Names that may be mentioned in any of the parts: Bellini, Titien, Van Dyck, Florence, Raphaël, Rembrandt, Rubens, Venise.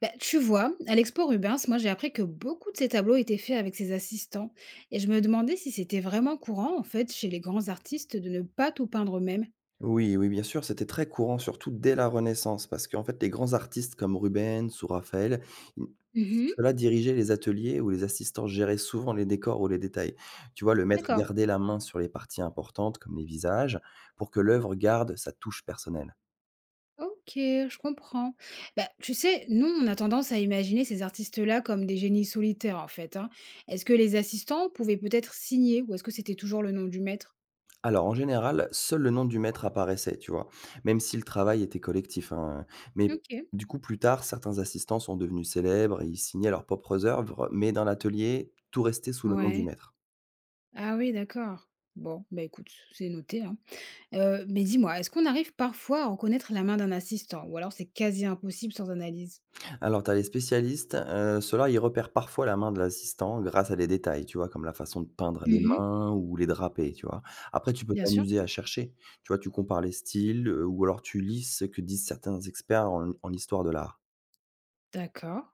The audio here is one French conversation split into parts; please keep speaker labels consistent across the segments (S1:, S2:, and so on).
S1: Bah, tu vois, à l'expo Rubens, moi j'ai appris que beaucoup de ces tableaux étaient faits avec ses assistants et je me demandais si c'était vraiment courant en fait chez les grands artistes de ne pas tout peindre eux-mêmes.
S2: Oui, oui, bien sûr, c'était très courant, surtout dès la Renaissance, parce qu'en fait, les grands artistes comme Rubens ou Raphaël, ils
S1: Mhm.
S2: ceux-là dirigeaient les ateliers où les assistants géraient souvent les décors ou les détails. Tu vois, le maître
S1: D'accord.
S2: gardait la main sur les parties importantes, comme les visages, pour que l'œuvre garde sa touche personnelle.
S1: Ok, je comprends. Bah, tu sais, nous, on a tendance à imaginer ces artistes-là comme des génies solitaires, en fait. Hein. Est-ce que les assistants pouvaient peut-être signer ou est-ce que c'était toujours le nom du maître?
S2: Alors, en général, seul le nom du maître apparaissait, tu vois, même si le travail était collectif, hein. Mais
S1: Ok.
S2: du coup, plus tard, certains assistants sont devenus célèbres et ils signaient leurs propres œuvres, mais dans l'atelier, tout restait sous le nom du
S1: Ouais.
S2: maître.
S1: Ah oui, d'accord. Bon, bah écoute, c'est noté. Hein. Mais dis-moi, est-ce qu'on arrive parfois à reconnaître la main d'un assistant ou alors c'est quasi impossible sans analyse?
S2: Alors, tu as les spécialistes, ceux-là, ils repèrent parfois la main de l'assistant grâce à des détails, tu vois? Comme la façon de peindre les
S1: Mmh.
S2: mains ou les draper, tu vois? Après, tu peux
S1: Bien sûr.
S2: t'amuser à chercher, tu vois? Tu compares les styles, ou alors tu lis ce que disent certains experts en histoire de l'art.
S1: D'accord,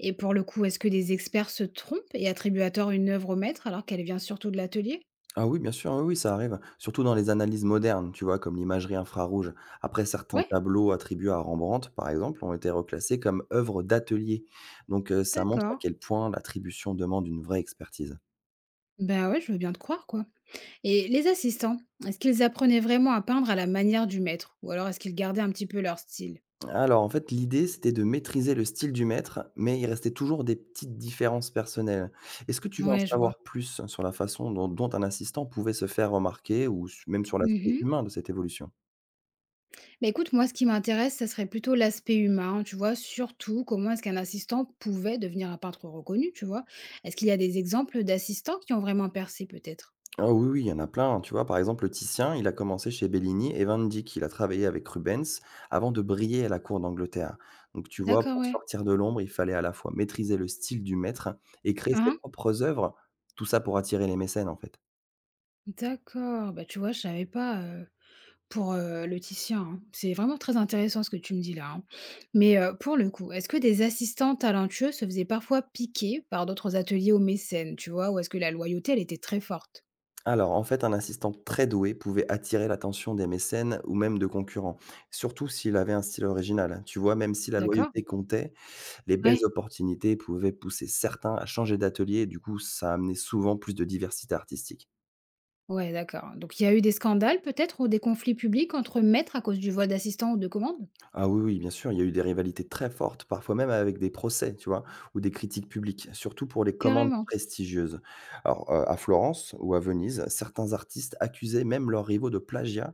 S1: et pour le coup, est-ce que des experts se trompent et attribuent à tort une œuvre au maître alors qu'elle vient surtout de l'atelier?
S2: Ah oui, bien sûr, oui, oui, ça arrive, surtout dans les analyses modernes, tu vois? Comme l'imagerie infrarouge. Après, certains
S1: Ouais,
S2: tableaux attribués à Rembrandt, par exemple, ont été reclassés comme œuvres d'atelier. Donc, ça montre à
S1: d'accord.
S2: quel point l'attribution demande une vraie expertise.
S1: Ben ouais, je veux bien te croire, quoi. Et les assistants, est-ce qu'ils apprenaient vraiment à peindre à la manière du maître ou alors est-ce qu'ils gardaient un petit peu leur style?
S2: Alors, en fait, l'idée, c'était de maîtriser le style du maître, mais il restait toujours des petites différences personnelles. Est-ce que tu veux en
S1: Ouais, je
S2: savoir
S1: vois.
S2: plus sur la façon dont un assistant pouvait se faire remarquer ou même sur l'aspect
S1: Mmh.
S2: humain de cette évolution?
S1: Bah, écoute, moi, ce qui m'intéresse, ça serait plutôt l'aspect humain, tu vois? Surtout, comment est-ce qu'un assistant pouvait devenir un peintre reconnu, tu vois? Est-ce qu'il y a des exemples d'assistants qui ont vraiment percé, peut-être?
S2: Ah oui, oui, il y en a plein. Tu vois, par exemple, le Titien, il a commencé chez Bellini et Van Dyck, il a travaillé avec Rubens avant de briller à la cour d'Angleterre. Donc, tu vois,
S1: D'accord,
S2: pour
S1: ouais.
S2: sortir de l'ombre, il fallait à la fois maîtriser le style du maître et créer
S1: Hein
S2: ses
S1: hein?
S2: propres œuvres, tout ça pour attirer les mécènes, en fait.
S1: D'accord. Bah, tu vois, je savais pas, pour, le Titien, hein. C'est vraiment très intéressant ce que tu me dis là, hein. Mais, pour le coup, est-ce que des assistants talentueux se faisaient parfois piquer par d'autres ateliers ou mécènes, tu vois? Ou est-ce que la loyauté, elle était très forte?
S2: Alors, en fait, un assistant très doué pouvait attirer l'attention des mécènes ou même de concurrents, surtout s'il avait un style original. Tu vois, même si la
S1: D'accord?
S2: loyauté comptait, les belles
S1: Ouais.
S2: opportunités pouvaient pousser certains à changer d'atelier et du coup, ça amenait souvent plus de diversité artistique.
S1: Ouais, d'accord. Donc il y a eu des scandales peut-être ou des conflits publics entre maîtres à cause du vol d'assistants ou de commandes?
S2: Ah oui, oui, bien sûr, il y a eu des rivalités très fortes, parfois même avec des procès, tu vois? Ou des critiques publiques, surtout pour les commandes
S1: Carrément.
S2: prestigieuses. Alors, à Florence ou à Venise, certains artistes accusaient même leurs rivaux de plagiat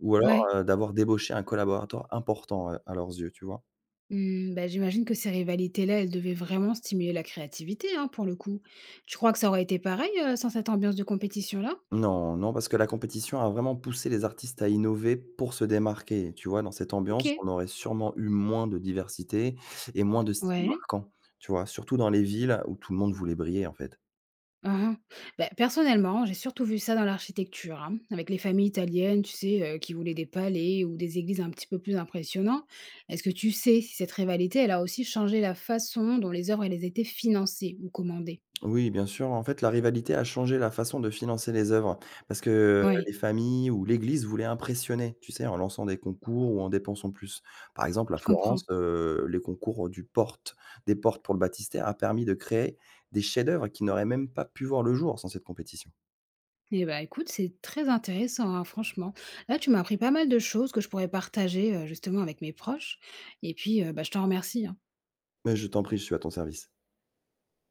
S2: ou alors,
S1: Ouais.
S2: d'avoir débauché un collaborateur important, à leurs yeux, tu vois?
S1: Hmm, bah, j'imagine que ces rivalités-là, elles devaient vraiment stimuler la créativité, hein, pour le coup. Tu crois que ça aurait été pareil, sans cette ambiance de compétition-là?
S2: Non, non, parce que la compétition a vraiment poussé les artistes à innover pour se démarquer. Tu vois, dans cette
S1: Ok.
S2: ambiance, on aurait sûrement eu moins de diversité et moins de styles
S1: Ouais.
S2: marquants, tu vois? Surtout dans les villes où tout le monde voulait briller, en fait.
S1: Uhum. Bah, personnellement, j'ai surtout vu ça dans l'architecture, hein, avec les familles italiennes, tu sais, qui voulaient des palais ou des églises un petit peu plus impressionnantes. Est-ce que tu sais si cette rivalité, elle a aussi changé la façon dont les œuvres elles étaient financées ou commandées?
S2: Oui, bien sûr. En fait, la rivalité a changé la façon de financer les œuvres parce que les
S1: Oui,
S2: familles ou l'Église voulaient impressionner, tu sais, en lançant des concours ou en dépensant plus. Par exemple, à
S1: je comprends.
S2: Florence, les concours du porte, des portes pour le baptistère a permis de créer des chefs-d'œuvre qui n'auraient même pas pu voir le jour sans cette compétition.
S1: Eh bah, écoute, c'est très intéressant, hein, franchement. Là, tu m'as appris pas mal de choses que je pourrais partager, justement avec mes proches et puis, bah, je t'en remercie, hein.
S2: Mais je t'en prie, je suis à ton service.